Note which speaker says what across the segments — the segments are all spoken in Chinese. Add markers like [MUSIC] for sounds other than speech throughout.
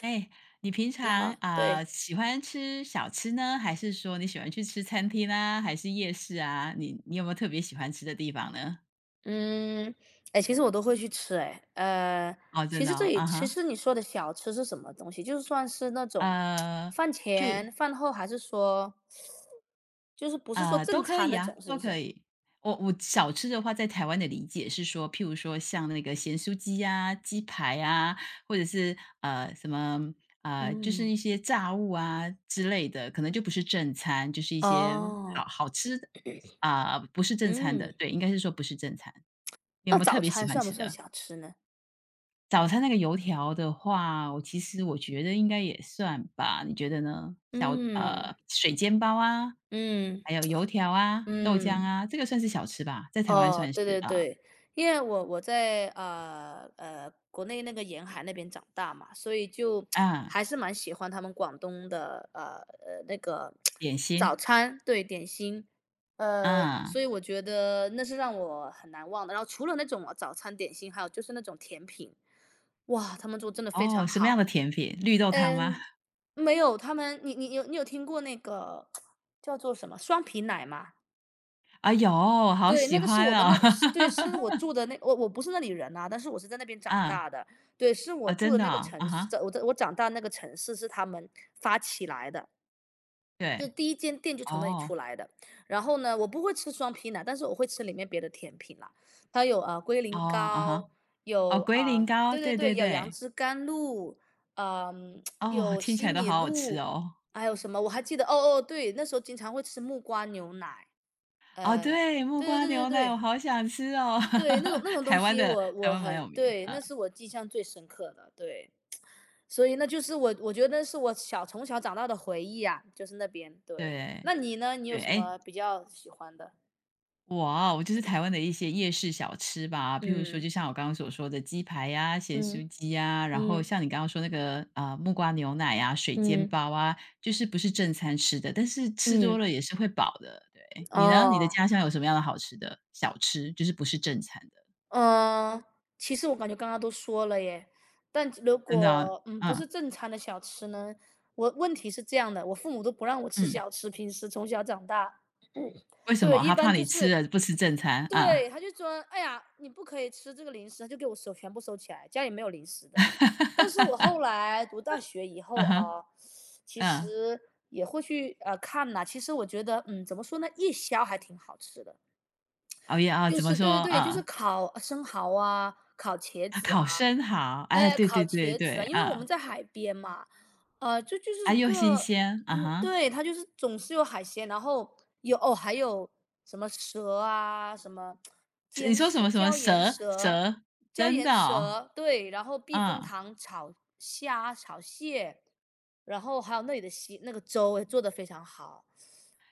Speaker 1: 哎，你平
Speaker 2: 你
Speaker 1: 常
Speaker 2: 好，
Speaker 1: 啊、
Speaker 2: 对。
Speaker 1: 喜欢吃小吃呢，还是说你喜欢去吃餐厅啊，还是夜市啊？你有没有特别喜欢吃的地方呢？
Speaker 2: 嗯，其实我都会去吃
Speaker 1: 哦，真的哦啊
Speaker 2: 其
Speaker 1: 哈，
Speaker 2: 实你说的小吃是什么东西？就是算是那种
Speaker 1: 呃，
Speaker 2: 饭
Speaker 1: 譬
Speaker 2: 前、饭后，还是说就是不是说
Speaker 1: 啊，都
Speaker 2: 正
Speaker 1: 可
Speaker 2: 餐
Speaker 1: 以
Speaker 2: 那
Speaker 1: 啊，
Speaker 2: 种，是
Speaker 1: 都
Speaker 2: 不是？
Speaker 1: 可以。我少吃的话，在台湾的理解是说，譬如说像那个咸酥鸡啊、鸡排啊，或者是什么就是
Speaker 2: 嗯。
Speaker 1: 一些炸物啊之类的，可能就不是正餐，就是一些好
Speaker 2: 哦，
Speaker 1: 好吃的啊、不是正餐的。
Speaker 2: 嗯，
Speaker 1: 对，应该是说不是正餐。你有
Speaker 2: 那
Speaker 1: 没有特
Speaker 2: 早
Speaker 1: 别喜
Speaker 2: 餐
Speaker 1: 欢
Speaker 2: 算不
Speaker 1: 吃
Speaker 2: 算
Speaker 1: 的？
Speaker 2: 小吃呢？
Speaker 1: 早餐那个油条的话，我其实我觉得应该也算吧，你觉得呢？
Speaker 2: 嗯，
Speaker 1: 水煎包啊，
Speaker 2: 嗯，
Speaker 1: 还有油条啊、豆浆
Speaker 2: 嗯。
Speaker 1: 啊，这个算是小吃吧？在台湾
Speaker 2: 哦，
Speaker 1: 算是
Speaker 2: 对对
Speaker 1: 啊，
Speaker 2: 对，因为我在国内那个沿海那边长大嘛，所以就
Speaker 1: 啊，
Speaker 2: 还是蛮喜欢他们广东的那个
Speaker 1: 点心，
Speaker 2: 早餐，对，点心，
Speaker 1: 啊，
Speaker 2: 所以我觉得那是让我很难忘的。然后除了那种早餐点心，还有就是那种甜品，哇，他们做真的非
Speaker 1: 哦，
Speaker 2: 常
Speaker 1: 什么样
Speaker 2: 好。
Speaker 1: 的甜品？绿豆汤吗？
Speaker 2: 嗯，没有，他们你有听过那个叫做什么双皮奶吗？
Speaker 1: 啊有，好
Speaker 2: 对，
Speaker 1: 喜
Speaker 2: 那个是
Speaker 1: 欢
Speaker 2: 我们
Speaker 1: 哦
Speaker 2: 那。对，是我住的那，我不是那里人呐，但是我是在那边
Speaker 1: [LAUGHS]！
Speaker 2: 长大
Speaker 1: 啊，
Speaker 2: 的。对，是我
Speaker 1: 哦，
Speaker 2: 住
Speaker 1: 真
Speaker 2: 的
Speaker 1: 的
Speaker 2: 那个
Speaker 1: 哦啊
Speaker 2: 城市，
Speaker 1: 哈，
Speaker 2: 在我长大那个城市是他们发起来的，就
Speaker 1: 对，
Speaker 2: 第一间店就从那里出
Speaker 1: 哦，
Speaker 2: 来的。然后呢，我不会吃双皮奶，但是我会吃里面别的甜品啦，它有啊、龟
Speaker 1: 哦，
Speaker 2: 苓
Speaker 1: 啊哈，
Speaker 2: 膏，
Speaker 1: 哦，
Speaker 2: 有
Speaker 1: 龟
Speaker 2: 啊、
Speaker 1: 苓膏，
Speaker 2: 对对
Speaker 1: 对
Speaker 2: 对，
Speaker 1: 对
Speaker 2: 有杨
Speaker 1: 对，
Speaker 2: 枝甘露，嗯、
Speaker 1: 哦，
Speaker 2: 有
Speaker 1: 听起
Speaker 2: 西
Speaker 1: 来都
Speaker 2: 米
Speaker 1: 好好吃
Speaker 2: 露，
Speaker 1: 哦。
Speaker 2: 还有什么我还记得，哦哦，对，那时候经常会吃木瓜牛奶，
Speaker 1: 哦，
Speaker 2: 呃，
Speaker 1: 对，木
Speaker 2: 对
Speaker 1: 瓜
Speaker 2: 对对对
Speaker 1: 牛奶，我
Speaker 2: 对。
Speaker 1: 好想吃哦。
Speaker 2: 对，那种那
Speaker 1: [LAUGHS]
Speaker 2: 种东
Speaker 1: 台湾
Speaker 2: 西，
Speaker 1: 的
Speaker 2: 我
Speaker 1: 台
Speaker 2: 我
Speaker 1: 湾蛮有
Speaker 2: 很，
Speaker 1: 名，
Speaker 2: 对，
Speaker 1: 啊，
Speaker 2: 那是我印象最深刻的，对。所以那就是我觉得那是从小长大的回忆啊，就是那边，对。
Speaker 1: 对
Speaker 2: 那你呢？你有
Speaker 1: 对，
Speaker 2: 什
Speaker 1: 哎，
Speaker 2: 么比较喜欢的？
Speaker 1: 哇我就是台湾的一些夜市小吃吧，譬如说，
Speaker 2: 嗯，
Speaker 1: 就像我刚刚所说的鸡排呀、咸酥
Speaker 2: 嗯，
Speaker 1: 鸡呀，然后
Speaker 2: 嗯，
Speaker 1: 像你刚刚说那个啊木瓜牛奶呀、水煎
Speaker 2: 嗯，
Speaker 1: 包啊，就是不是正餐吃的，但是吃多
Speaker 2: 嗯，
Speaker 1: 了也是会饱的。对。你呢？你的
Speaker 2: 哦，
Speaker 1: 家乡有什么样的好吃的小吃，就是不是正餐的？
Speaker 2: 嗯，其实我感觉刚刚都说了耶，但如
Speaker 1: 真的啊。
Speaker 2: 果，不
Speaker 1: 嗯
Speaker 2: 是正餐的小吃呢，我问题是这样的，我父母都不让我吃
Speaker 1: 嗯，
Speaker 2: 小吃，平时从小长大。
Speaker 1: 为
Speaker 2: [CLEARS THROAT]
Speaker 1: 什
Speaker 2: 对，
Speaker 1: 么？
Speaker 2: 一
Speaker 1: 他怕
Speaker 2: 般
Speaker 1: 你
Speaker 2: 就
Speaker 1: 吃
Speaker 2: 是，
Speaker 1: 了不吃正餐
Speaker 2: 对，
Speaker 1: 啊？
Speaker 2: 他就说："哎呀，你不可以吃这个零食。"他就给我收，全部收起来，家里没有零食的。但是我后
Speaker 1: [LAUGHS]
Speaker 2: 来读大学以后
Speaker 1: 啊，，
Speaker 2: 啊，其
Speaker 1: 嗯，
Speaker 2: 实也会去看呐、其实我觉得，怎么说呢，夜宵还挺好吃的。
Speaker 1: 熬夜啊，
Speaker 2: 就
Speaker 1: 怎么
Speaker 2: 是
Speaker 1: 说
Speaker 2: 对对对，就是
Speaker 1: 啊？
Speaker 2: 烤生蚝啊，烤茄
Speaker 1: 啊，
Speaker 2: 子
Speaker 1: 烤
Speaker 2: 啊，
Speaker 1: 生好，哎，对对
Speaker 2: 烤
Speaker 1: 对
Speaker 2: 茄子
Speaker 1: 对，
Speaker 2: 啊，因为我们
Speaker 1: 啊，
Speaker 2: 在海边嘛，这就是
Speaker 1: 啊，又新
Speaker 2: 个，
Speaker 1: 鲜，啊
Speaker 2: 嗯，
Speaker 1: 哈，
Speaker 2: 对，它就是总是有海鲜，然后有，哦，还有什么蛇啊，什么
Speaker 1: 是你
Speaker 2: 尖
Speaker 1: 说什
Speaker 2: 蛇、
Speaker 1: 么什么
Speaker 2: 椒盐
Speaker 1: 蛇
Speaker 2: 蛇、
Speaker 1: 蛇，
Speaker 2: 椒
Speaker 1: 真的
Speaker 2: 盐
Speaker 1: 哦，
Speaker 2: 蛇，对，然后避风
Speaker 1: 嗯，
Speaker 2: 塘炒虾、炒蟹，然后还有那里的蟹那个粥也做得非常好，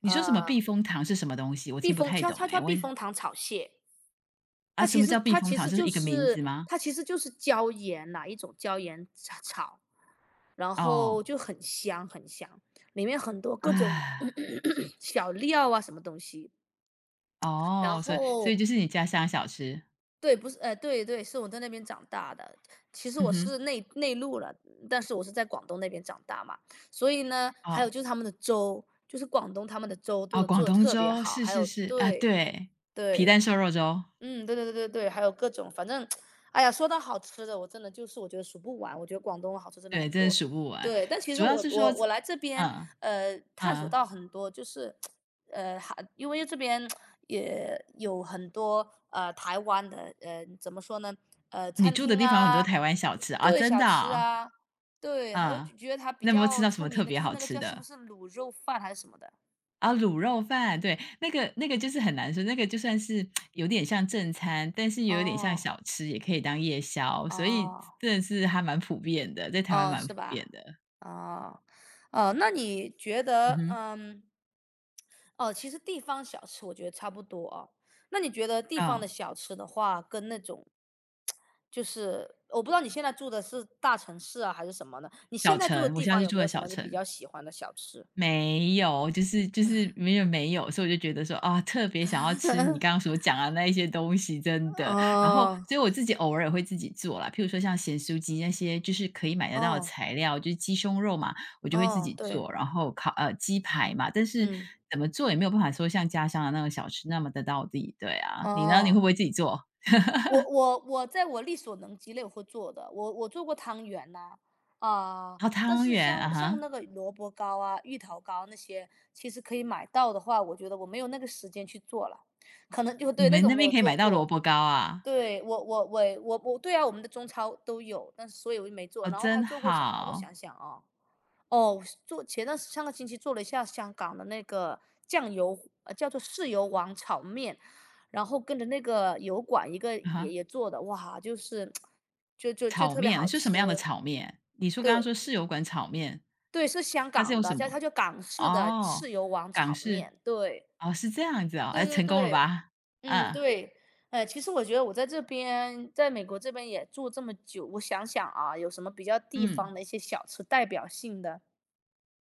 Speaker 1: 你说什么
Speaker 2: 呃，
Speaker 1: 避风塘是什么东西？我
Speaker 2: 避
Speaker 1: 听不
Speaker 2: 风
Speaker 1: 太
Speaker 2: 悄
Speaker 1: 懂
Speaker 2: 悄
Speaker 1: 哎，
Speaker 2: 悄
Speaker 1: 我
Speaker 2: 避
Speaker 1: 也
Speaker 2: 风塘炒蟹。
Speaker 1: 啊，
Speaker 2: 它
Speaker 1: 什
Speaker 2: 其
Speaker 1: 么
Speaker 2: 实
Speaker 1: 叫避
Speaker 2: 它
Speaker 1: 风
Speaker 2: 其
Speaker 1: 塘？
Speaker 2: 实
Speaker 1: 这是
Speaker 2: 就
Speaker 1: 一个名字
Speaker 2: 是
Speaker 1: 吗？
Speaker 2: 它其实就是椒盐，哪一种椒盐，然
Speaker 1: 哦，
Speaker 2: 后就很香很香，里面很多各种 [COUGHS]
Speaker 1: 啊，
Speaker 2: [CLEARS THROAT] 小料啊，什么东西。然
Speaker 1: 哦，所以
Speaker 2: 后
Speaker 1: 就是你家乡小吃，
Speaker 2: 对，不是，对对，是我在那边长大的。其实
Speaker 1: 嗯
Speaker 2: 我
Speaker 1: 哼，
Speaker 2: 是内陆了，但是我是在广东那边长大嘛，所以呢，还有
Speaker 1: 哦，
Speaker 2: 就是他们的粥，就是广东他们的粥
Speaker 1: 哦，广
Speaker 2: 做的
Speaker 1: 东
Speaker 2: 特别
Speaker 1: 粥，
Speaker 2: 好，
Speaker 1: 是
Speaker 2: 还
Speaker 1: 是
Speaker 2: 有，
Speaker 1: 是，啊，
Speaker 2: 对
Speaker 1: 对，皮
Speaker 2: 对，
Speaker 1: 蛋瘦肉粥。
Speaker 2: 嗯，对对对对对，还有各种，反正，哎呀，说到好吃的，我真的就是我觉得数不完，我觉得广东好吃真的
Speaker 1: 对，
Speaker 2: 很
Speaker 1: 真的
Speaker 2: 多。
Speaker 1: 数不完。
Speaker 2: 对，但其实
Speaker 1: 主要
Speaker 2: 我
Speaker 1: 是说
Speaker 2: 我我来这边，
Speaker 1: 嗯，
Speaker 2: 探索
Speaker 1: 嗯，
Speaker 2: 到很多，就是，还因为这边也有很多台湾的，怎么说呢，
Speaker 1: 你
Speaker 2: 餐
Speaker 1: 住的
Speaker 2: 厅
Speaker 1: 地方有很多
Speaker 2: 啊，
Speaker 1: 台湾小吃，啊，
Speaker 2: 对，
Speaker 1: 真
Speaker 2: 小
Speaker 1: 的
Speaker 2: 吃
Speaker 1: 啊？
Speaker 2: 啊，对，还有
Speaker 1: 嗯，
Speaker 2: 觉得它比
Speaker 1: 那有没有吃
Speaker 2: 较
Speaker 1: 到什
Speaker 2: 出
Speaker 1: 么特
Speaker 2: 名的
Speaker 1: 别
Speaker 2: 就是
Speaker 1: 好
Speaker 2: 那个
Speaker 1: 吃
Speaker 2: 叫，是不
Speaker 1: 的？
Speaker 2: 是卤肉饭还是什么的？
Speaker 1: 啊，卤肉饭，对，那个就是很难说，那个就算是有点像正餐，但是也有点像
Speaker 2: 哦。
Speaker 1: 小吃，也可以当夜宵，所以
Speaker 2: 哦。
Speaker 1: 真的是还蛮普遍的，在台湾
Speaker 2: 哦，
Speaker 1: 蛮普
Speaker 2: 是
Speaker 1: 遍
Speaker 2: 吧？
Speaker 1: 的。
Speaker 2: 哦，哦，那你觉
Speaker 1: 嗯
Speaker 2: 得，
Speaker 1: 哼，
Speaker 2: 嗯，哦，其实地方小吃我觉得差不多哦。那你觉得地方的
Speaker 1: 啊，
Speaker 2: 小吃的话，跟那种，就是我不知道你现在住的是大城市啊，还是什么呢？你
Speaker 1: 小
Speaker 2: 现在住的
Speaker 1: 城，我
Speaker 2: 地
Speaker 1: 现在
Speaker 2: 方
Speaker 1: 是
Speaker 2: 有
Speaker 1: 住
Speaker 2: 没
Speaker 1: 在
Speaker 2: 有什
Speaker 1: 小
Speaker 2: 么你比
Speaker 1: 城。
Speaker 2: 较喜欢的小吃？
Speaker 1: 没有，就是没有没有，所以我就觉得说啊，特别想要吃你刚刚
Speaker 2: [LAUGHS]
Speaker 1: 所讲的那一些东西，真的。然后，
Speaker 2: 哦，
Speaker 1: 所以我自己偶尔会自己做啦，譬如说像咸酥鸡那些，就是可以买得到的
Speaker 2: 哦，
Speaker 1: 材料，就是鸡胸肉嘛，我就会自
Speaker 2: 哦，
Speaker 1: 己
Speaker 2: 对，
Speaker 1: 做。然后烤鸡排嘛，但是
Speaker 2: 嗯，
Speaker 1: 怎么做也没有办法说像家乡的那个小吃那么的到地。对啊，你呢？你会
Speaker 2: 哦。
Speaker 1: 不会自己做？
Speaker 2: 我在我力所能及内我会做的，我做过汤圆呐，啊，
Speaker 1: 哦，
Speaker 2: 但
Speaker 1: 汤
Speaker 2: 是
Speaker 1: 圆啊
Speaker 2: 像
Speaker 1: 哈，
Speaker 2: 像那个萝卜糕啊、芋头糕那些，其实可以买到的话，我觉得我没有那个时间去做了，可能就，
Speaker 1: 你
Speaker 2: 对，那
Speaker 1: 们那
Speaker 2: 种没
Speaker 1: 边
Speaker 2: 有
Speaker 1: 可以
Speaker 2: 做
Speaker 1: 买到萝
Speaker 2: 过。
Speaker 1: 卜糕啊？
Speaker 2: 对，我，对啊，我们的中超都有，但是所以我就没做。
Speaker 1: 哦，
Speaker 2: 然后还
Speaker 1: 真
Speaker 2: 做过什么？我想
Speaker 1: 好
Speaker 2: 想啊，哦，做前段，上个星期做了一下香港的那个酱油，叫做豉油王炒面，然后跟着那个油管一个
Speaker 1: 啊哈。
Speaker 2: 爷爷做的，哇，就
Speaker 1: 炒
Speaker 2: 特别
Speaker 1: 面，
Speaker 2: 好
Speaker 1: 是什么样的
Speaker 2: 吃。
Speaker 1: 炒面？你说
Speaker 2: 对
Speaker 1: 刚刚说室友馆炒面，
Speaker 2: 对，是香
Speaker 1: 它是
Speaker 2: 港
Speaker 1: 用
Speaker 2: 的，
Speaker 1: 什
Speaker 2: 叫
Speaker 1: 么？
Speaker 2: 它叫港式的
Speaker 1: 哦，
Speaker 2: 豉油王
Speaker 1: 港
Speaker 2: 炒
Speaker 1: 式，
Speaker 2: 面。对
Speaker 1: 哦，是这样子哦，哎，
Speaker 2: 对对
Speaker 1: 成功了
Speaker 2: 对，
Speaker 1: 吧？
Speaker 2: 嗯，
Speaker 1: 嗯，
Speaker 2: 对。其实我觉得我在这边，在美国这边也住这么久，我想想啊，有什么比较地
Speaker 1: 嗯，
Speaker 2: 方的一些小吃代表性的？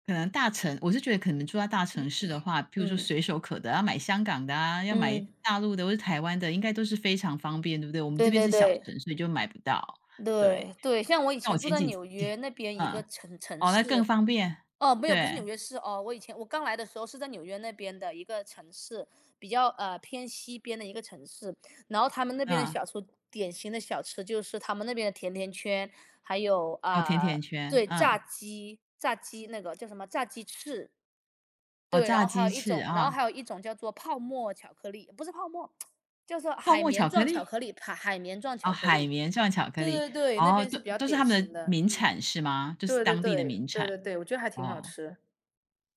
Speaker 1: 可能我是觉得可能住在大城市的话，譬如说
Speaker 2: 嗯
Speaker 1: 随手可得，要买香港的啊，要买
Speaker 2: 嗯，
Speaker 1: 大陆的或是台湾的，应该都是非常方便，对不对？我们这
Speaker 2: 对
Speaker 1: 边
Speaker 2: 对
Speaker 1: 是小
Speaker 2: 对。
Speaker 1: 城，所以就买不到。对，
Speaker 2: 对对，像我以
Speaker 1: 那我
Speaker 2: 前住
Speaker 1: 前
Speaker 2: 在
Speaker 1: 几
Speaker 2: 纽
Speaker 1: 天
Speaker 2: 约那边一
Speaker 1: 嗯，
Speaker 2: 个城
Speaker 1: 哦，那更
Speaker 2: 市，
Speaker 1: 方便，
Speaker 2: 哦，没有，不是纽
Speaker 1: 对，
Speaker 2: 约市哦，我以前我刚来的时候是在纽约那边的一个城市，比较偏西边的一个城市，然后他们那边的
Speaker 1: 嗯，
Speaker 2: 小吃，典型的小吃就是他们那边的甜甜圈，还有
Speaker 1: 哦，甜
Speaker 2: 啊、
Speaker 1: 甜圈，
Speaker 2: 对，炸
Speaker 1: 嗯，
Speaker 2: 鸡，炸鸡那个叫什么，炸鸡翅，
Speaker 1: 哦，
Speaker 2: 对，然
Speaker 1: 炸
Speaker 2: 后
Speaker 1: 鸡翅
Speaker 2: 还
Speaker 1: 啊。
Speaker 2: 有一种叫做泡沫巧克力，不是泡沫，[TSK] 叫做
Speaker 1: 泡
Speaker 2: 海
Speaker 1: 沫
Speaker 2: 绵
Speaker 1: 巧克
Speaker 2: 状巧
Speaker 1: 力？
Speaker 2: 克力，海绵状
Speaker 1: 哦，
Speaker 2: 巧克
Speaker 1: 海
Speaker 2: 力。
Speaker 1: 绵状巧克
Speaker 2: 对
Speaker 1: 力，
Speaker 2: 对对，那
Speaker 1: 哦，
Speaker 2: 边是
Speaker 1: 都
Speaker 2: 比较
Speaker 1: 都是
Speaker 2: 典
Speaker 1: 他们
Speaker 2: 型
Speaker 1: 的
Speaker 2: 的，
Speaker 1: 名
Speaker 2: 嗯，
Speaker 1: 产是吗？就是
Speaker 2: 对对
Speaker 1: 当地的
Speaker 2: 对，
Speaker 1: 名
Speaker 2: 对
Speaker 1: 产，
Speaker 2: 对对，我觉得还挺好
Speaker 1: 哦。
Speaker 2: 吃，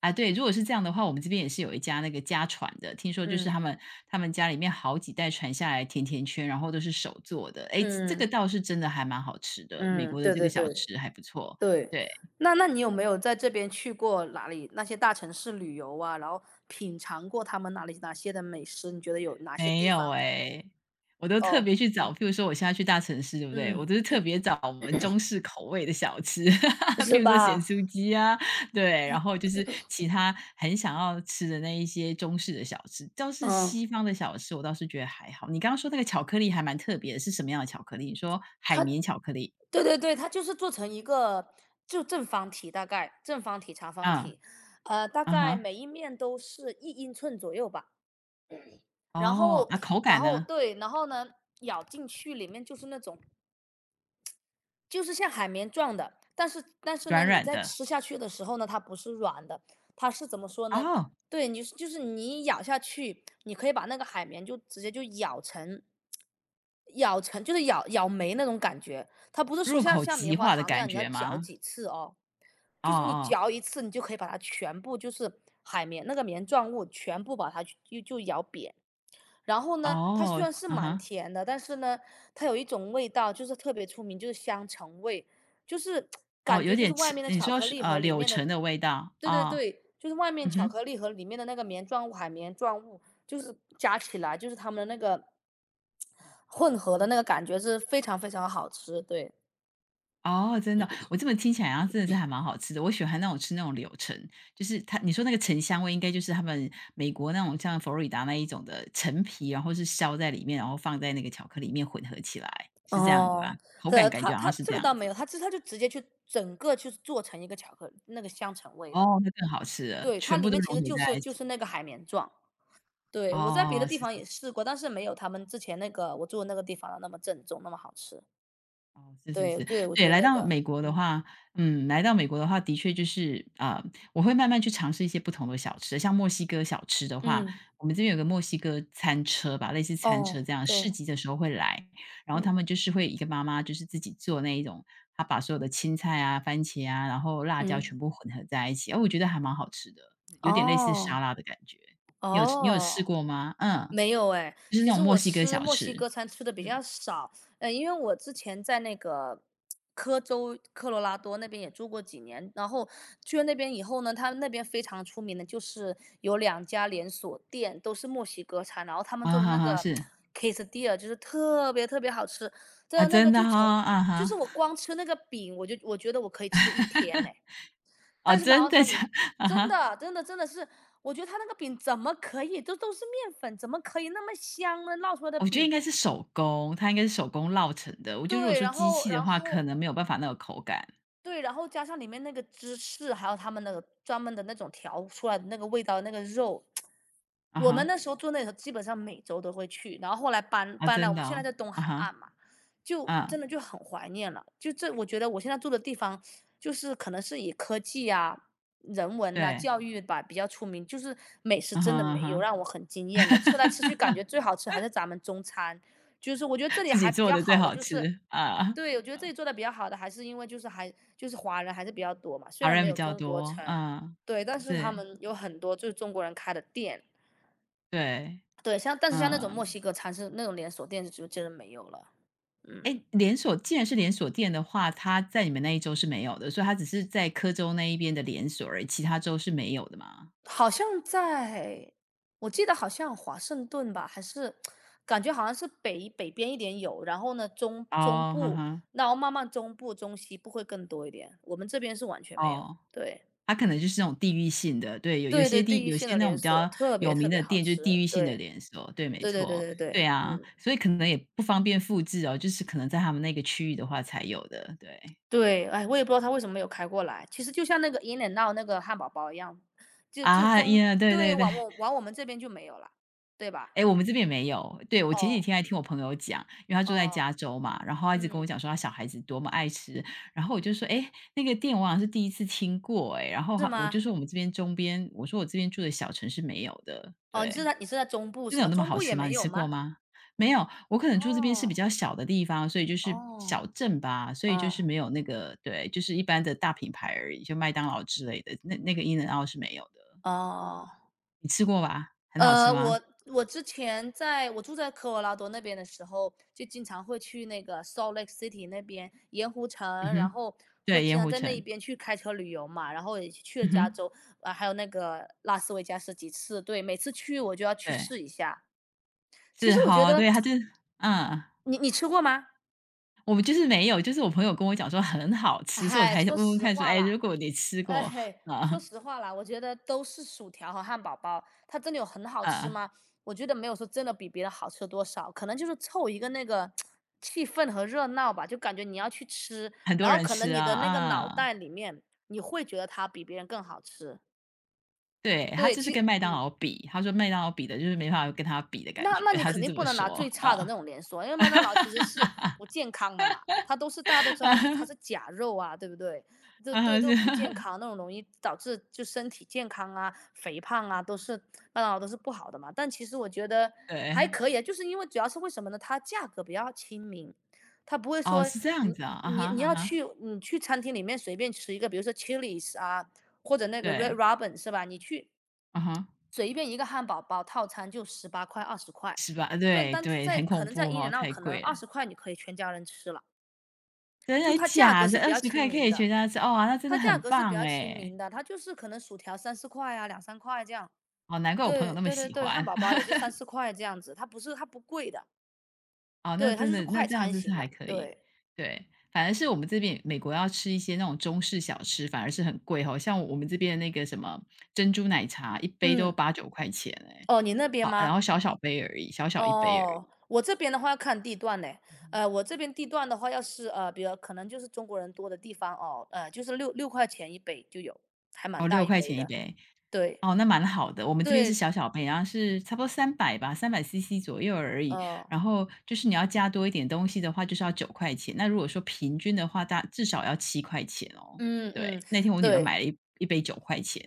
Speaker 1: 啊，对，如果是这样的话，我们这边也是有一家那个家传的，听说就是
Speaker 2: 嗯
Speaker 1: 他们家里面好几代传下来甜甜圈，然后都是手做的。诶，这个
Speaker 2: 嗯
Speaker 1: 倒是真的还蛮好吃的，美
Speaker 2: 嗯，
Speaker 1: 国的
Speaker 2: 对
Speaker 1: 这个
Speaker 2: 对
Speaker 1: 小
Speaker 2: 对
Speaker 1: 吃还不错，
Speaker 2: 对。
Speaker 1: 对。
Speaker 2: 那你有没有在这边去过哪里那些大城市旅游啊，然后品尝过他们哪里哪些的美食？你觉得有哪些
Speaker 1: 没
Speaker 2: 地
Speaker 1: 有
Speaker 2: 方？
Speaker 1: 诶，我都特
Speaker 2: 哦，
Speaker 1: 别去找，譬
Speaker 2: 嗯
Speaker 1: 如说我现在去大城市，对不对？我
Speaker 2: 嗯，
Speaker 1: 都是特别找我们中式口味的小吃，[LAUGHS]
Speaker 2: 是
Speaker 1: 譬如说咸
Speaker 2: 吧？
Speaker 1: 酥鸡啊，对，然后就是其他很想要吃的那一些中式的小吃。倒是
Speaker 2: 嗯，
Speaker 1: 西方的小吃，我倒是觉得还好。你刚刚说那个巧克力还蛮特别的，是什么样的巧克力？你说海
Speaker 2: 它，
Speaker 1: 绵巧克力，
Speaker 2: 对对对，它就是做成一个就正方体，大概正方体、长方
Speaker 1: 啊？
Speaker 2: 体，大
Speaker 1: 啊
Speaker 2: 概
Speaker 1: 哈，
Speaker 2: 每一面都是1英寸左右吧。然
Speaker 1: 哦，
Speaker 2: 后
Speaker 1: 啊，口
Speaker 2: 然
Speaker 1: 感
Speaker 2: 后
Speaker 1: 呢？
Speaker 2: 对，然后呢，咬进去里面就是那种，就是像海绵状的，但是呢，
Speaker 1: 软
Speaker 2: 你
Speaker 1: 软
Speaker 2: 在
Speaker 1: 的，
Speaker 2: 吃下去的时候呢，它不是软的，它是怎么说呢？
Speaker 1: 哦，
Speaker 2: 对，你是，就是你咬下去，你可以把那个海绵就直接就咬成，就是咬咬没那种感觉，它不是说
Speaker 1: 入口
Speaker 2: 像
Speaker 1: 即
Speaker 2: 棉花
Speaker 1: 化的
Speaker 2: 糖那
Speaker 1: 感
Speaker 2: 样你要
Speaker 1: 觉
Speaker 2: 嚼
Speaker 1: 吗？
Speaker 2: 几次哦，
Speaker 1: 哦
Speaker 2: 就是你
Speaker 1: 哦，
Speaker 2: 嚼一次，你就可以把它全部就是海绵那个棉状物全部把它就咬扁。然后呢，它虽
Speaker 1: 哦，
Speaker 2: 然是
Speaker 1: 啊
Speaker 2: 蛮
Speaker 1: 哈。
Speaker 2: 甜的，但是呢，它有一种味道就是特别出名，就是香橙味，就是
Speaker 1: 哦，
Speaker 2: 感
Speaker 1: 有
Speaker 2: 觉就是
Speaker 1: 点
Speaker 2: 外
Speaker 1: 吃
Speaker 2: 面的
Speaker 1: 你
Speaker 2: 巧
Speaker 1: 说
Speaker 2: 克
Speaker 1: 是，
Speaker 2: 力和里
Speaker 1: 柳
Speaker 2: 面
Speaker 1: 橙
Speaker 2: 的，
Speaker 1: 的味道
Speaker 2: 对对
Speaker 1: 啊，哦，
Speaker 2: 对，就是外面
Speaker 1: 嗯
Speaker 2: 巧
Speaker 1: 哼，
Speaker 2: 克力和里面的那个棉状物、海绵状物，就是加起来就是它们的那个混合的那个感觉是非常非常好吃，对。
Speaker 1: 哦，真的，我这么听起来好像真的是还蛮好吃的。我喜欢那种吃那种柳橙，就是它你说那个橙香味应该就是他们美国那种像佛罗里达那一种的陈皮，然后是削在里面，然后放在那个巧克力里面混合起来，是这样子吧？
Speaker 2: 哦，
Speaker 1: 口感感觉好像
Speaker 2: 它
Speaker 1: 是
Speaker 2: 这
Speaker 1: 这
Speaker 2: 个
Speaker 1: 样
Speaker 2: 倒没有，
Speaker 1: 子。
Speaker 2: 它这它就直接去整个去做成一个巧克力那个香橙味的，
Speaker 1: 哦，那更好吃了，
Speaker 2: 对，它
Speaker 1: 全部
Speaker 2: 里
Speaker 1: 都
Speaker 2: 面其
Speaker 1: 融
Speaker 2: 实
Speaker 1: 合在一
Speaker 2: 就
Speaker 1: 起。
Speaker 2: 是那个海绵状。对，我在别的
Speaker 1: 哦，
Speaker 2: 地
Speaker 1: 是。
Speaker 2: 方也试过，但是没有他们之前那个我住的那个地方那么正宗，那么好吃。
Speaker 1: 哦，是是
Speaker 2: 对
Speaker 1: 是，
Speaker 2: 对，我觉
Speaker 1: 对，
Speaker 2: 得
Speaker 1: 来
Speaker 2: 那
Speaker 1: 到
Speaker 2: 个，
Speaker 1: 美国的
Speaker 2: 嗯，
Speaker 1: 话，嗯，来到美国的话，的确就是，啊，我会慢慢去尝试一些不同的小吃，像墨西哥小吃的话，
Speaker 2: 嗯，
Speaker 1: 我们这边有个墨西哥餐车吧，类似餐车
Speaker 2: 哦，
Speaker 1: 这样，市
Speaker 2: 对，
Speaker 1: 集的时候会来，然后
Speaker 2: 嗯，
Speaker 1: 他们就是会一个妈妈就是自己做那一种，她把所有的青菜啊、番茄啊，然后辣椒
Speaker 2: 嗯，
Speaker 1: 全部混合在一起，哦，我觉得还蛮好吃的，有点类似
Speaker 2: 哦，
Speaker 1: 沙拉的感觉。你有试
Speaker 2: 哦。
Speaker 1: 过吗？嗯，
Speaker 2: 没有哎，
Speaker 1: 就是那
Speaker 2: 其
Speaker 1: 种
Speaker 2: 实
Speaker 1: 墨
Speaker 2: 我
Speaker 1: 西哥
Speaker 2: 吃
Speaker 1: 小
Speaker 2: 墨西
Speaker 1: 吃，
Speaker 2: 哥餐吃的比
Speaker 1: 嗯，
Speaker 2: 较少。因为我之前在那个科州科罗拉多那边也住过几年，然后去了那边以后呢，他们那边非常出名的就是有2家连锁店都是墨西哥餐，然后他们做
Speaker 1: 啊
Speaker 2: 的
Speaker 1: 哈
Speaker 2: 那
Speaker 1: 哈，
Speaker 2: 个
Speaker 1: 是，
Speaker 2: quesadilla 就是特别特别好吃。真
Speaker 1: 啊，
Speaker 2: 的那
Speaker 1: 真
Speaker 2: 个
Speaker 1: 的哈，啊
Speaker 2: 就是
Speaker 1: 哈。
Speaker 2: 我光吃那个饼，我觉得我可以吃一天呢。
Speaker 1: 啊，
Speaker 2: 但是奶
Speaker 1: 真
Speaker 2: 酪
Speaker 1: 的
Speaker 2: 塔
Speaker 1: 假
Speaker 2: 里
Speaker 1: [LAUGHS] 啊
Speaker 2: 真
Speaker 1: 哈，
Speaker 2: 的真的真的是，我觉得它那个饼怎么可以，都是面粉，怎么可以那么香呢？烙出来的
Speaker 1: 我觉得应
Speaker 2: 饼，
Speaker 1: 该是手工，它应该是手工烙成的。我觉得如果
Speaker 2: 对，
Speaker 1: 说
Speaker 2: 然
Speaker 1: 机
Speaker 2: 后
Speaker 1: 器的
Speaker 2: 然
Speaker 1: 话，可
Speaker 2: 后
Speaker 1: 能没有办法那个口感。
Speaker 2: 对，然后加上里面那个芝士，还有他们那个专门的那种调出来的那个味道，那个肉，
Speaker 1: 啊
Speaker 2: 我们
Speaker 1: 哈，
Speaker 2: 那时候住那里头，基本上每周都会去。然后后来搬
Speaker 1: 啊，
Speaker 2: 搬来，
Speaker 1: 真
Speaker 2: 我
Speaker 1: 的
Speaker 2: 们现
Speaker 1: 哦，
Speaker 2: 在在东
Speaker 1: 啊
Speaker 2: 海
Speaker 1: 哈，
Speaker 2: 岸嘛，就
Speaker 1: 啊
Speaker 2: 真的就很怀念了。就这，我觉得我现在住的地方，就是可能是以科技啊、人文呐、
Speaker 1: 对，
Speaker 2: 教育吧比较出名，就是美食
Speaker 1: 啊哈，
Speaker 2: 真的
Speaker 1: 啊
Speaker 2: 没有
Speaker 1: 哈。
Speaker 2: 让我很惊艳的。吃来吃去，感觉
Speaker 1: [LAUGHS]
Speaker 2: 最好吃还是咱们中餐。就是我觉得这里
Speaker 1: 自己
Speaker 2: 还比
Speaker 1: 做
Speaker 2: 较
Speaker 1: 的最
Speaker 2: 好的
Speaker 1: 好
Speaker 2: 就是
Speaker 1: 吃，啊，
Speaker 2: 对，我觉得这里做的比较好的还是因为就是还就是华人还是比较多嘛，虽
Speaker 1: 华
Speaker 2: 然
Speaker 1: 人
Speaker 2: 没
Speaker 1: 比
Speaker 2: 有
Speaker 1: 较
Speaker 2: 中国
Speaker 1: 多，
Speaker 2: 城。
Speaker 1: 啊，
Speaker 2: 对，但是他
Speaker 1: 是，
Speaker 2: 们有很多就是中国人开的店。
Speaker 1: 对，
Speaker 2: 对，像但是像那种墨
Speaker 1: 嗯。
Speaker 2: 西哥餐是那种连锁店就真的没有了。嗯，
Speaker 1: 诶，既然是连锁店的话，它在你们那一州是没有的，所以它只是在科州那一边的连锁而已，其他州是没有的嘛？
Speaker 2: 好像在我记得好像华盛顿吧，还是感觉好像是北边一点有，然后呢中
Speaker 1: 哦，哈
Speaker 2: 部，
Speaker 1: 哈，
Speaker 2: 然后慢慢中部中西部会更多一点，我们这边是完全没有。
Speaker 1: 哦。
Speaker 2: 对，
Speaker 1: 它可能就是那种地域性的，对，有有
Speaker 2: 对对，
Speaker 1: 些地
Speaker 2: 地域
Speaker 1: 有
Speaker 2: 性
Speaker 1: 些
Speaker 2: 的
Speaker 1: 那种
Speaker 2: 连
Speaker 1: 比
Speaker 2: 锁，
Speaker 1: 较
Speaker 2: 特别
Speaker 1: 有
Speaker 2: 特
Speaker 1: 名
Speaker 2: 别
Speaker 1: 的
Speaker 2: 好
Speaker 1: 店，就是地
Speaker 2: 吃。
Speaker 1: 域性的
Speaker 2: 对，
Speaker 1: 连锁，对，没
Speaker 2: 对对对
Speaker 1: 错，
Speaker 2: 对对，
Speaker 1: 对啊，
Speaker 2: 嗯，
Speaker 1: 所以可能也不方便复制哦，就是可能在他们那个区域的话才有的，对。
Speaker 2: 对。哎，我也不知道他为什么没有开过来，其实就像那个 In and o u 那个汉堡包一样，就就
Speaker 1: 啊，
Speaker 2: 中
Speaker 1: 呀，对
Speaker 2: 对，
Speaker 1: 对对，
Speaker 2: 往我们这边就没有了，对吧？
Speaker 1: 哎，我们这边也没有，对，我前几
Speaker 2: 哦，
Speaker 1: 天还听我朋友讲，因为他住在
Speaker 2: 哦，
Speaker 1: 加州嘛，然后他一直跟
Speaker 2: 嗯。
Speaker 1: 我讲说他小孩子多么爱吃，然后我就说：“哎，那个店我好像是第一次听过哎，然后
Speaker 2: 是
Speaker 1: 我就
Speaker 2: 吗？
Speaker 1: 说：“我们这边周边”我说：“我这边住的小城是没有的。”
Speaker 2: 哦，
Speaker 1: 对。
Speaker 2: 你是在中部
Speaker 1: 真
Speaker 2: 是
Speaker 1: 的
Speaker 2: 吧？
Speaker 1: 有那么
Speaker 2: 中
Speaker 1: 好
Speaker 2: 部
Speaker 1: 吃
Speaker 2: 也
Speaker 1: 吗？
Speaker 2: 没
Speaker 1: 你
Speaker 2: 有
Speaker 1: 吃过
Speaker 2: 吗？
Speaker 1: 吗？没有，我可能住这边是比
Speaker 2: 哦，
Speaker 1: 较小的地方，所以就是
Speaker 2: 哦，
Speaker 1: 小镇吧，所以就是
Speaker 2: 哦，
Speaker 1: 没有那个对，就是一般的大品牌而已，就麦当劳之类的，那个 In 奥是没有的。
Speaker 2: 哦哦
Speaker 1: 你吃过吧？很好吃
Speaker 2: 呃，
Speaker 1: 吗？
Speaker 2: 我我住在科罗拉多那边的时候，就经常会去那个 Salt Lake City 那边盐湖
Speaker 1: 嗯
Speaker 2: 城，然
Speaker 1: 哼，
Speaker 2: 后会
Speaker 1: 对，
Speaker 2: 经
Speaker 1: 盐
Speaker 2: 常
Speaker 1: 湖
Speaker 2: 在那一
Speaker 1: 城。
Speaker 2: 边去开车旅游嘛，然后也去了
Speaker 1: 嗯
Speaker 2: 加
Speaker 1: 哼，
Speaker 2: 州，啊，还有那个拉斯维加斯几次。对，每次去我就要去
Speaker 1: 对，
Speaker 2: 试一下。其
Speaker 1: 是
Speaker 2: 实我觉
Speaker 1: 好，
Speaker 2: 得
Speaker 1: 对，他就是嗯，
Speaker 2: 你吃过吗？
Speaker 1: 我们就是没有，就是我朋友跟我讲说很好吃，所以我
Speaker 2: 哎，
Speaker 1: 才问
Speaker 2: 说
Speaker 1: 问
Speaker 2: 实
Speaker 1: 看说，
Speaker 2: 话
Speaker 1: 哎，
Speaker 2: 啦，
Speaker 1: 如果你吃过，
Speaker 2: 哎，说
Speaker 1: 啊、
Speaker 2: 实话啦，我觉得都是薯条和汉堡包，它真的有很好吃
Speaker 1: 啊、
Speaker 2: 吗？我觉得没有说真的比别的好吃多少，可能就是凑一个那个气氛和热闹吧，就感觉你要去吃，
Speaker 1: 很多
Speaker 2: 然后
Speaker 1: 人
Speaker 2: 可
Speaker 1: 吃
Speaker 2: 能你
Speaker 1: 啊，
Speaker 2: 的那个脑
Speaker 1: 啊、
Speaker 2: 袋里面，你会觉得它比别人更好吃。
Speaker 1: 对，他
Speaker 2: 对，
Speaker 1: 就是
Speaker 2: 其
Speaker 1: 跟麦当
Speaker 2: 嗯。
Speaker 1: 劳比，他说麦当劳比的就是没办法跟他比的感
Speaker 2: 那
Speaker 1: 觉，
Speaker 2: 那你
Speaker 1: 他
Speaker 2: 肯
Speaker 1: 是
Speaker 2: 定
Speaker 1: 这么
Speaker 2: 不能拿
Speaker 1: 说，
Speaker 2: 最差的
Speaker 1: 啊，
Speaker 2: 那种连锁，因为麦当劳其实是不健康的嘛，它都是大家都知道它是
Speaker 1: [LAUGHS]
Speaker 2: 假肉啊，对不对？就
Speaker 1: 啊
Speaker 2: 对
Speaker 1: 哈，是，
Speaker 2: 都不健
Speaker 1: [LAUGHS]
Speaker 2: 康，那种容易导致就身体健康啊、肥胖啊，都是麦当劳都是不好的嘛。但其实我觉得还
Speaker 1: 对，
Speaker 2: 可以啊，就是因为主要是为什么呢？它价格比较亲民，它不会
Speaker 1: 哦，
Speaker 2: 说
Speaker 1: 是这样
Speaker 2: 你
Speaker 1: 子啊，啊哈，啊哈，
Speaker 2: 你去餐厅里面随便吃一个，比如说 Chili's 啊，或者那个 Red
Speaker 1: 对，
Speaker 2: Robin 是吧？你去
Speaker 1: 啊哈，
Speaker 2: 随便一个汉堡包套餐就18块、二十块。
Speaker 1: 是吧？
Speaker 2: 对，
Speaker 1: 对
Speaker 2: 但
Speaker 1: 对，
Speaker 2: 在
Speaker 1: 很
Speaker 2: 可
Speaker 1: 恐
Speaker 2: 能
Speaker 1: 怖
Speaker 2: 在英
Speaker 1: 哦，
Speaker 2: 联奥，
Speaker 1: 太
Speaker 2: 可能
Speaker 1: 贵了，
Speaker 2: 二十块你可以全家人吃了，
Speaker 1: 真
Speaker 2: 就
Speaker 1: 的
Speaker 2: 它价
Speaker 1: 假
Speaker 2: 格是
Speaker 1: 的
Speaker 2: 比
Speaker 1: 二
Speaker 2: 较
Speaker 1: 十
Speaker 2: 亲
Speaker 1: 块可
Speaker 2: 民
Speaker 1: 以
Speaker 2: 的，
Speaker 1: 全家吃，哦，那真
Speaker 2: 它
Speaker 1: 的
Speaker 2: 价
Speaker 1: 很
Speaker 2: 格是比
Speaker 1: 棒
Speaker 2: 较亲
Speaker 1: 哎，
Speaker 2: 民的，它就是可能薯条三四块啊2、3块这样。
Speaker 1: 哦，难怪我朋友
Speaker 2: 对，
Speaker 1: 那么
Speaker 2: 对对
Speaker 1: 喜
Speaker 2: 对，汉
Speaker 1: 欢。
Speaker 2: 堡包也是
Speaker 1: [LAUGHS]
Speaker 2: 三四块这样子，它不是它不贵的。
Speaker 1: 哦，那
Speaker 2: 对，它
Speaker 1: 真
Speaker 2: 就是
Speaker 1: 的那
Speaker 2: 快
Speaker 1: 这样
Speaker 2: 餐
Speaker 1: 子是
Speaker 2: 型
Speaker 1: 还
Speaker 2: 的，
Speaker 1: 可以。
Speaker 2: 对。
Speaker 1: 对，反而是我们这边美国要吃一些那种中式小吃，反而是很贵哦，像我们这边的那个什么珍珠奶茶，一杯都
Speaker 2: 嗯，
Speaker 1: 8、9块钱哎。
Speaker 2: 哦，你那边
Speaker 1: 好，然
Speaker 2: 吗？
Speaker 1: 后小小杯而已，小小一杯而
Speaker 2: 哦，
Speaker 1: 已，
Speaker 2: 我这边的话要看地段呢。呃，我这边地段的话，要是呃，比如可能就是中国人多的地方哦，呃，就是六块钱一杯就有，还蛮
Speaker 1: 哦
Speaker 2: 大
Speaker 1: 六
Speaker 2: 一
Speaker 1: 块
Speaker 2: 杯
Speaker 1: 钱一
Speaker 2: 的，
Speaker 1: 杯。
Speaker 2: 对
Speaker 1: 哦，那蛮好的。我们这边是
Speaker 2: 对，
Speaker 1: 小小杯，然后是差不多三百吧300 cc 左右而已。
Speaker 2: 呃，
Speaker 1: 然后就是你要加多一点东西的话，就是要九块钱。那如果说平均的话，大至少要7块钱哦。
Speaker 2: 嗯嗯，
Speaker 1: 对，那天我女儿
Speaker 2: 对
Speaker 1: 买了一杯九块钱，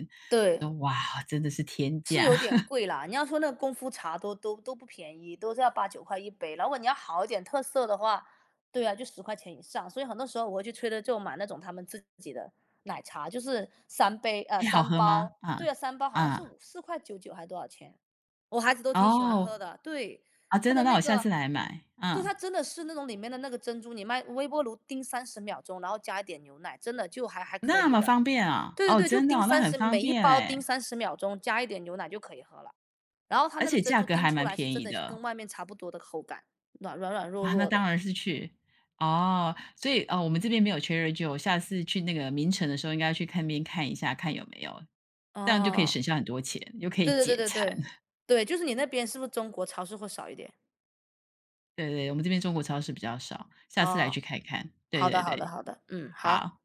Speaker 1: 我
Speaker 2: 对。
Speaker 1: 说：“哇，真的是天
Speaker 2: 是
Speaker 1: 价！”
Speaker 2: 有点贵啦，你要说那功夫茶都不便宜，都是要8、9块一杯。如果你要好一点特色的话，对啊，就10块钱以上。所以很多时候我会去吹的就买那种他们自己的奶茶，就是
Speaker 1: [LAUGHS] 诶，好
Speaker 2: 三
Speaker 1: 喝吗？
Speaker 2: 包，
Speaker 1: 啊
Speaker 2: 对啊三包好像是
Speaker 1: 啊
Speaker 2: 五四块九九还是多少钱，我孩子都挺喜欢
Speaker 1: 哦，
Speaker 2: 喝的。对，
Speaker 1: 啊，
Speaker 2: 它
Speaker 1: 真的？
Speaker 2: 的
Speaker 1: 那
Speaker 2: 那
Speaker 1: 我下
Speaker 2: 个
Speaker 1: 次来买。
Speaker 2: 对，
Speaker 1: 嗯，
Speaker 2: 它真的是那种里面的那个珍珠，你卖微波炉叮三十秒钟，然后加一点牛奶，真的就还可
Speaker 1: 那
Speaker 2: 以
Speaker 1: 么
Speaker 2: 的。
Speaker 1: 方便啊？
Speaker 2: 对对
Speaker 1: 哦，
Speaker 2: 对，就
Speaker 1: 真的
Speaker 2: 叮
Speaker 1: 哦那
Speaker 2: 三
Speaker 1: 很
Speaker 2: 十，
Speaker 1: 方
Speaker 2: 每一
Speaker 1: 便
Speaker 2: 包叮
Speaker 1: 哎，
Speaker 2: 三十秒钟，加一点牛奶就可以喝了。然后它
Speaker 1: 而
Speaker 2: 那个
Speaker 1: 且
Speaker 2: 珍
Speaker 1: 价
Speaker 2: 珠
Speaker 1: 格
Speaker 2: 叮
Speaker 1: 还
Speaker 2: 出
Speaker 1: 蛮
Speaker 2: 来是
Speaker 1: 便
Speaker 2: 真
Speaker 1: 宜
Speaker 2: 的
Speaker 1: 的。
Speaker 2: 跟外面差不多的口感，软软弱
Speaker 1: 啊，那
Speaker 2: 弱
Speaker 1: 当
Speaker 2: 的。
Speaker 1: 然是去。哦，所以，哦，我们这边没有 Cherry Joe，下次去那个名城的时候应该去看边看一下，看有没有，这样就可以
Speaker 2: 哦，
Speaker 1: 省下很多钱，又可以
Speaker 2: 对对
Speaker 1: 解 [LAUGHS]
Speaker 2: 对对
Speaker 1: 馋。
Speaker 2: 对，对，就是你那边是不是中国超市会少一点？
Speaker 1: 对对，我们这边中国超市比较少，下次来去
Speaker 2: 哦，
Speaker 1: 看看。对
Speaker 2: 好
Speaker 1: 对
Speaker 2: 的好的
Speaker 1: 对，
Speaker 2: 好的，嗯，好。
Speaker 1: 好。